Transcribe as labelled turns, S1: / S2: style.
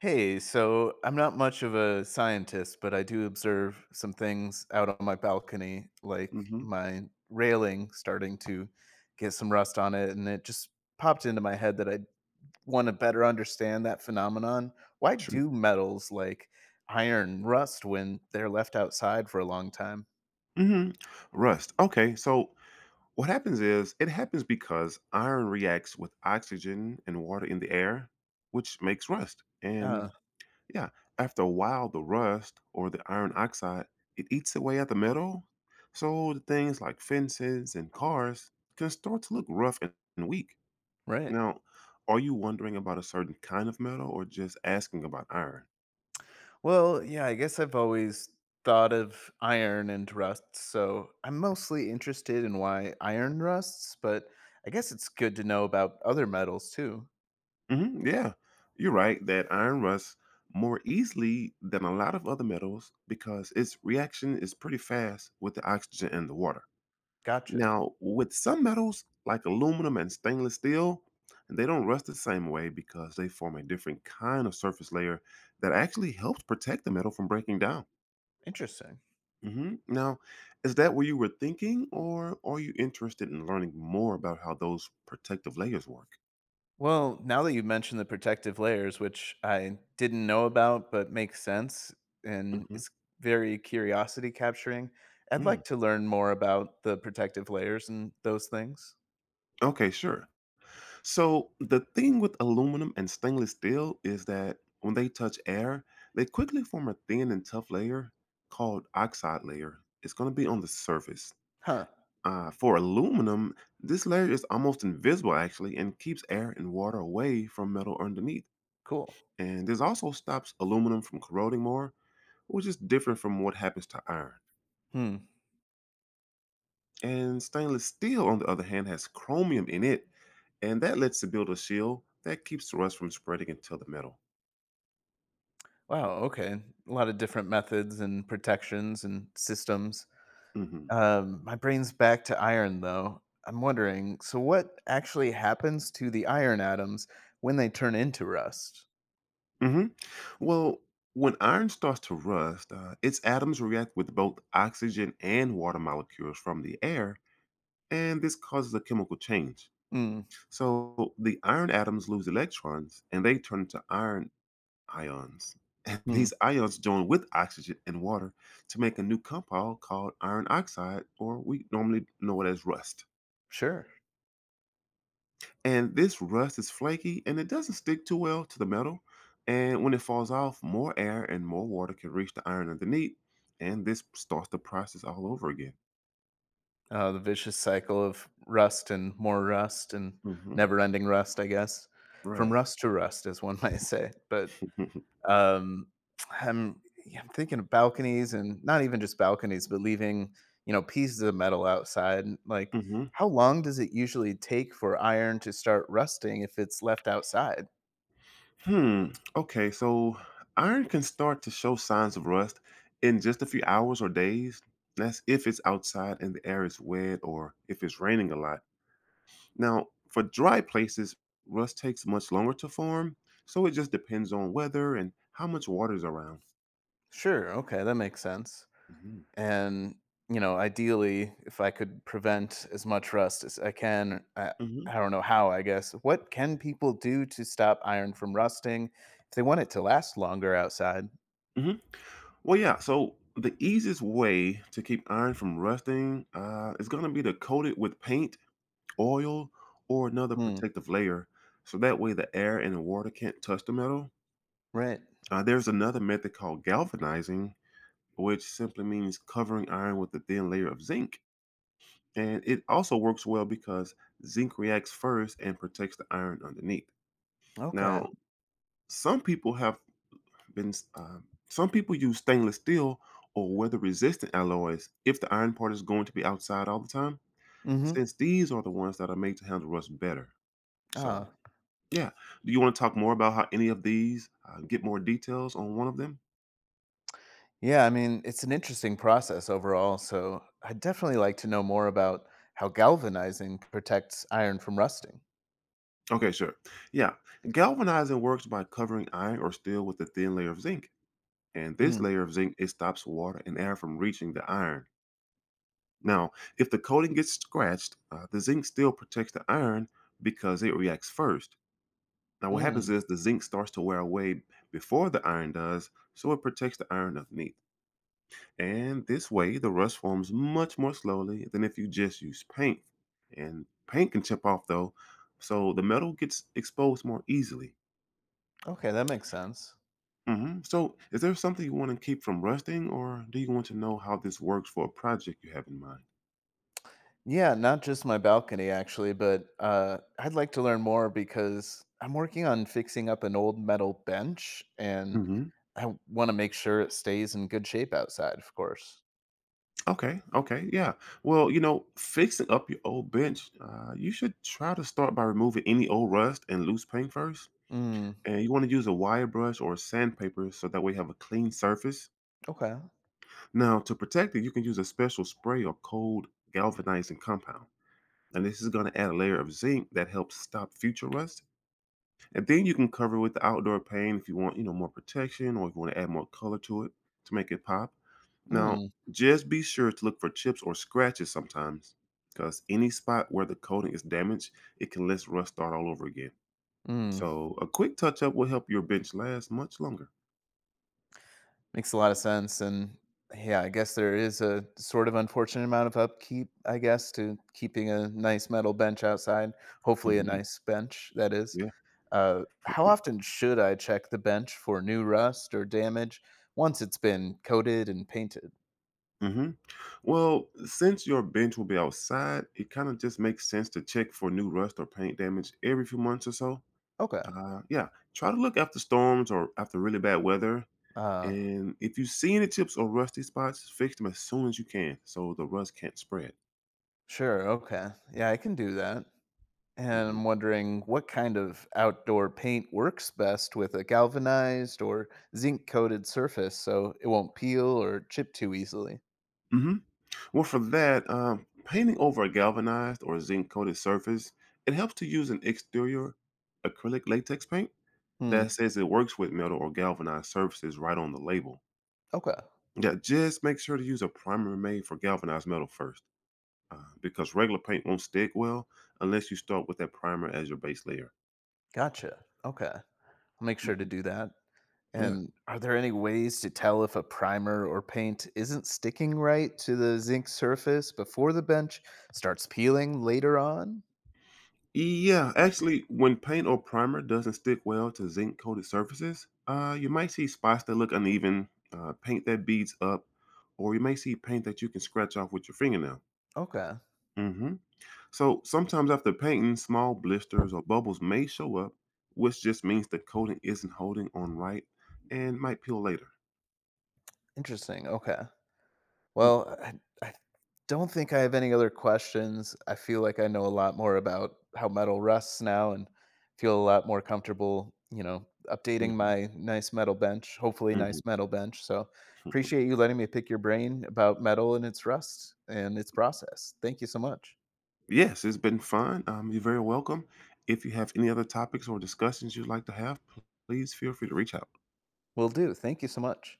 S1: Hey, so I'm not much of a scientist, but I do observe some things out on my balcony, like
S2: Hmm.
S1: my railing starting to get some rust on it. And it just popped into my head that I want to better understand that phenomenon. Why
S2: True.
S1: do metals like iron rust when they're left outside for a long time?
S2: Hmm. Rust. Okay, so what happens is it happens because iron reacts with oxygen and water in the air, which makes rust. And
S1: Uh,
S2: yeah, after a while, the rust or the iron oxide it eats away at the metal, so the things like fences and cars can start to look rough and weak.
S1: right.
S2: Now, are you wondering about a certain kind of metal or just asking about iron?
S1: Well, yeah, I guess I've always thought of iron and rust, so I'm mostly interested in why iron rusts, but I guess it's good to know about other metals too.
S2: Hmm, yeah, you're right that iron rusts more easily than a lot of other metals because its reaction is pretty fast with the oxygen and the water.
S1: Gotcha.
S2: Now, with some metals like aluminum and stainless steel, they don't rust the same way because they form a different kind of surface layer that actually helps protect the metal from breaking down.
S1: Interesting.
S2: Now, is that what you were thinking, or are you interested in learning more about how those protective layers work?
S1: Well, now that you've mentioned the protective layers, which I didn't know about but makes sense and
S2: Hmm.
S1: it's very curiosity capturing, I'd
S2: Mm.
S1: like to learn more about the protective layers and those things.
S2: Okay, sure. So the thing with aluminum and stainless steel is that when they touch air, they quickly form a thin and tough layer called oxide layer. It's going to be on the surface.
S1: Huh,
S2: For aluminum, this layer is almost invisible actually and keeps air and water away from metal underneath.
S1: cool.
S2: And this also stops aluminum from corroding more, which is different from what happens to iron.
S1: Hmm.
S2: And stainless steel, on the other hand, has chromium in it, and that lets it build a shield that keeps rust from spreading into the metal.
S1: Wow, okay. A lot of different methods and protections and systems.
S2: hmm
S1: My brain's back to iron, though. I'm wondering, so what actually happens to the iron atoms when they turn into rust?
S2: hmm Well, when iron starts to rust, its atoms react with both oxygen and water molecules from the air, and this causes a chemical change.
S1: Mm,
S2: So the iron atoms lose electrons and they turn into iron ions. And
S1: mm,
S2: these ions join with oxygen and water to make a new compound called iron oxide, or we normally know it as rust.
S1: sure.
S2: And this rust is flaky and it doesn't stick too well to the metal. And when it falls off, more air and more water can reach the iron underneath. And this starts the process all over again.
S1: The vicious cycle of rust and more rust and
S2: Hmm.
S1: never ending rust, I guess. From
S2: Right.
S1: rust to rust, as one might say. But Um, I'm yeah, I'm thinking of balconies, and not even just balconies, but leaving, pieces of metal outside. Like,
S2: Hmm.
S1: how long does it usually take for iron to start rusting if it's left outside?
S2: Hmm. Okay, so iron can start to show signs of rust in just a few hours or days. That's if it's outside and the air is wet or if it's raining a lot. Now, for dry places, rust takes much longer to form, so it just depends on weather and how much water is around.
S1: Sure, okay, that makes sense.
S2: hmm
S1: And ideally if I could prevent as much rust as I can, i,
S2: hmm
S1: I don't know how. I guess, what can people do to stop iron from rusting if they want it to last longer outside?
S2: hmm Well, yeah. So the easiest way to keep iron from rusting is going to be to coat it with paint, oil, or another
S1: Hmm.
S2: protective layer, so that way the air and the water can't touch the metal.
S1: Right.
S2: There's another method called galvanizing, which simply means covering iron with a thin layer of zinc. And it also works well because zinc reacts first and protects the iron underneath.
S1: Okay.
S2: Now, some people have some people use stainless steel or weather resistant alloys if the iron part is going to be outside all the time,
S1: Mm-hmm.
S2: since these are the ones that are made to handle rust better. So,
S1: Ah,
S2: yeah. Do you want to talk more about how any of these, get more details on one of them?
S1: yeah, I mean it's an interesting process overall, so I'd definitely like to know more about how galvanizing protects iron from rusting.
S2: Okay, sure. Yeah. Galvanizing works by covering iron or steel with a thin layer of zinc. And this
S1: Mm.
S2: layer of zinc it stops water and air from reaching the iron. Now, if the coating gets scratched, the zinc still protects the iron because it reacts first. Now, what happens
S1: Mm.
S2: is the zinc starts to wear away before the iron does, so it protects the iron underneath. And this way, the rust forms much more slowly than if you just use paint. And paint can chip off though, so the metal gets exposed more easily.
S1: Okay, that makes sense.
S2: So, is there something you want to keep from rusting, or do you want to know how this works for a project you have in mind?
S1: Yeah, not just my balcony actually, but I'd like to learn more because I'm working on fixing up an old metal bench, and
S2: hmm
S1: I want to make sure it stays in good shape outside, of course.
S2: Okay, okay, yeah. Well, you know, fixing up your old bench, you should try to start by removing any old rust and loose paint first.
S1: Mm,
S2: And you want to use a wire brush or sandpaper so that way you have a clean surface.
S1: okay.
S2: Now, to protect it, you can use a special spray or cold galvanizing compound. And this is going to add a layer of zinc that helps stop future rust. And then you can cover with the outdoor paint if you want, you know, more protection or if you want to add more color to it to make it pop. Now,
S1: Mm,
S2: just be sure to look for chips or scratches sometimes because any spot where the coating is damaged, it can let rust start all over again.
S1: mm.
S2: So a quick touch up will help your bench last much longer.
S1: Makes a lot of sense. And yeah, I guess there is a sort of unfortunate amount of upkeep, I guess, to keeping a nice metal bench outside. Hopefully, a
S2: Hmm.
S1: nice bench, that is.
S2: Yeah.
S1: How often should I check the bench for new rust or damage once it's been coated and painted?
S2: hmm Well, since your bench will be outside, it kind of just makes sense to check for new rust or paint damage every few months or so.
S1: Okay.
S2: Yeah, try to look after storms or after really bad weather.
S1: Uh,
S2: And if you see any chips or rusty spots, fix them as soon as you can so the rust can't spread.
S1: sure. Okay. Yeah, I can do that. And
S2: hmm
S1: I'm wondering what kind of outdoor paint works best with a galvanized or zinc coated surface so it won't peel or chip too easily.
S2: hmm Well, for that, painting over a galvanized or zinc coated surface, it helps to use an exterior acrylic latex paint
S1: Hmm.
S2: that says it works with metal or galvanized surfaces right on the label.
S1: Okay.
S2: Yeah, just make sure to use a primer made for galvanized metal first because regular paint won't stick well unless you start with that primer as your base layer.
S1: Gotcha. Okay. I'll make sure to
S2: Mhm.
S1: do that.
S2: Yeah.
S1: And are there any ways to tell if a primer or paint isn't sticking right to the zinc surface before the bench starts peeling later on?
S2: Yeah, actually, when paint or primer doesn't stick well to zinc coated surfaces, you might see spots that look uneven, paint that beads up, or you may see paint that you can scratch off with your fingernail.
S1: Okay.
S2: Hmm. So sometimes after painting, small blisters or bubbles may show up, which just means the coating isn't holding on right and might peel later.
S1: Interesting. Okay.
S2: Mhm,
S1: Well, I don't think I have any other questions. I feel like I know a lot more about how metal rusts now and feel a lot more comfortable, updating
S2: mhm,
S1: my nice metal bench, hopefully,
S2: mhm.
S1: nice metal bench. So appreciate you letting me pick your brain about metal and its rust and its process. Thank you so much.
S2: Yes, it's been fun. You're very welcome. If you have any other topics or discussions you'd like to have, please feel free to reach out.
S1: Will do. Thank you so much.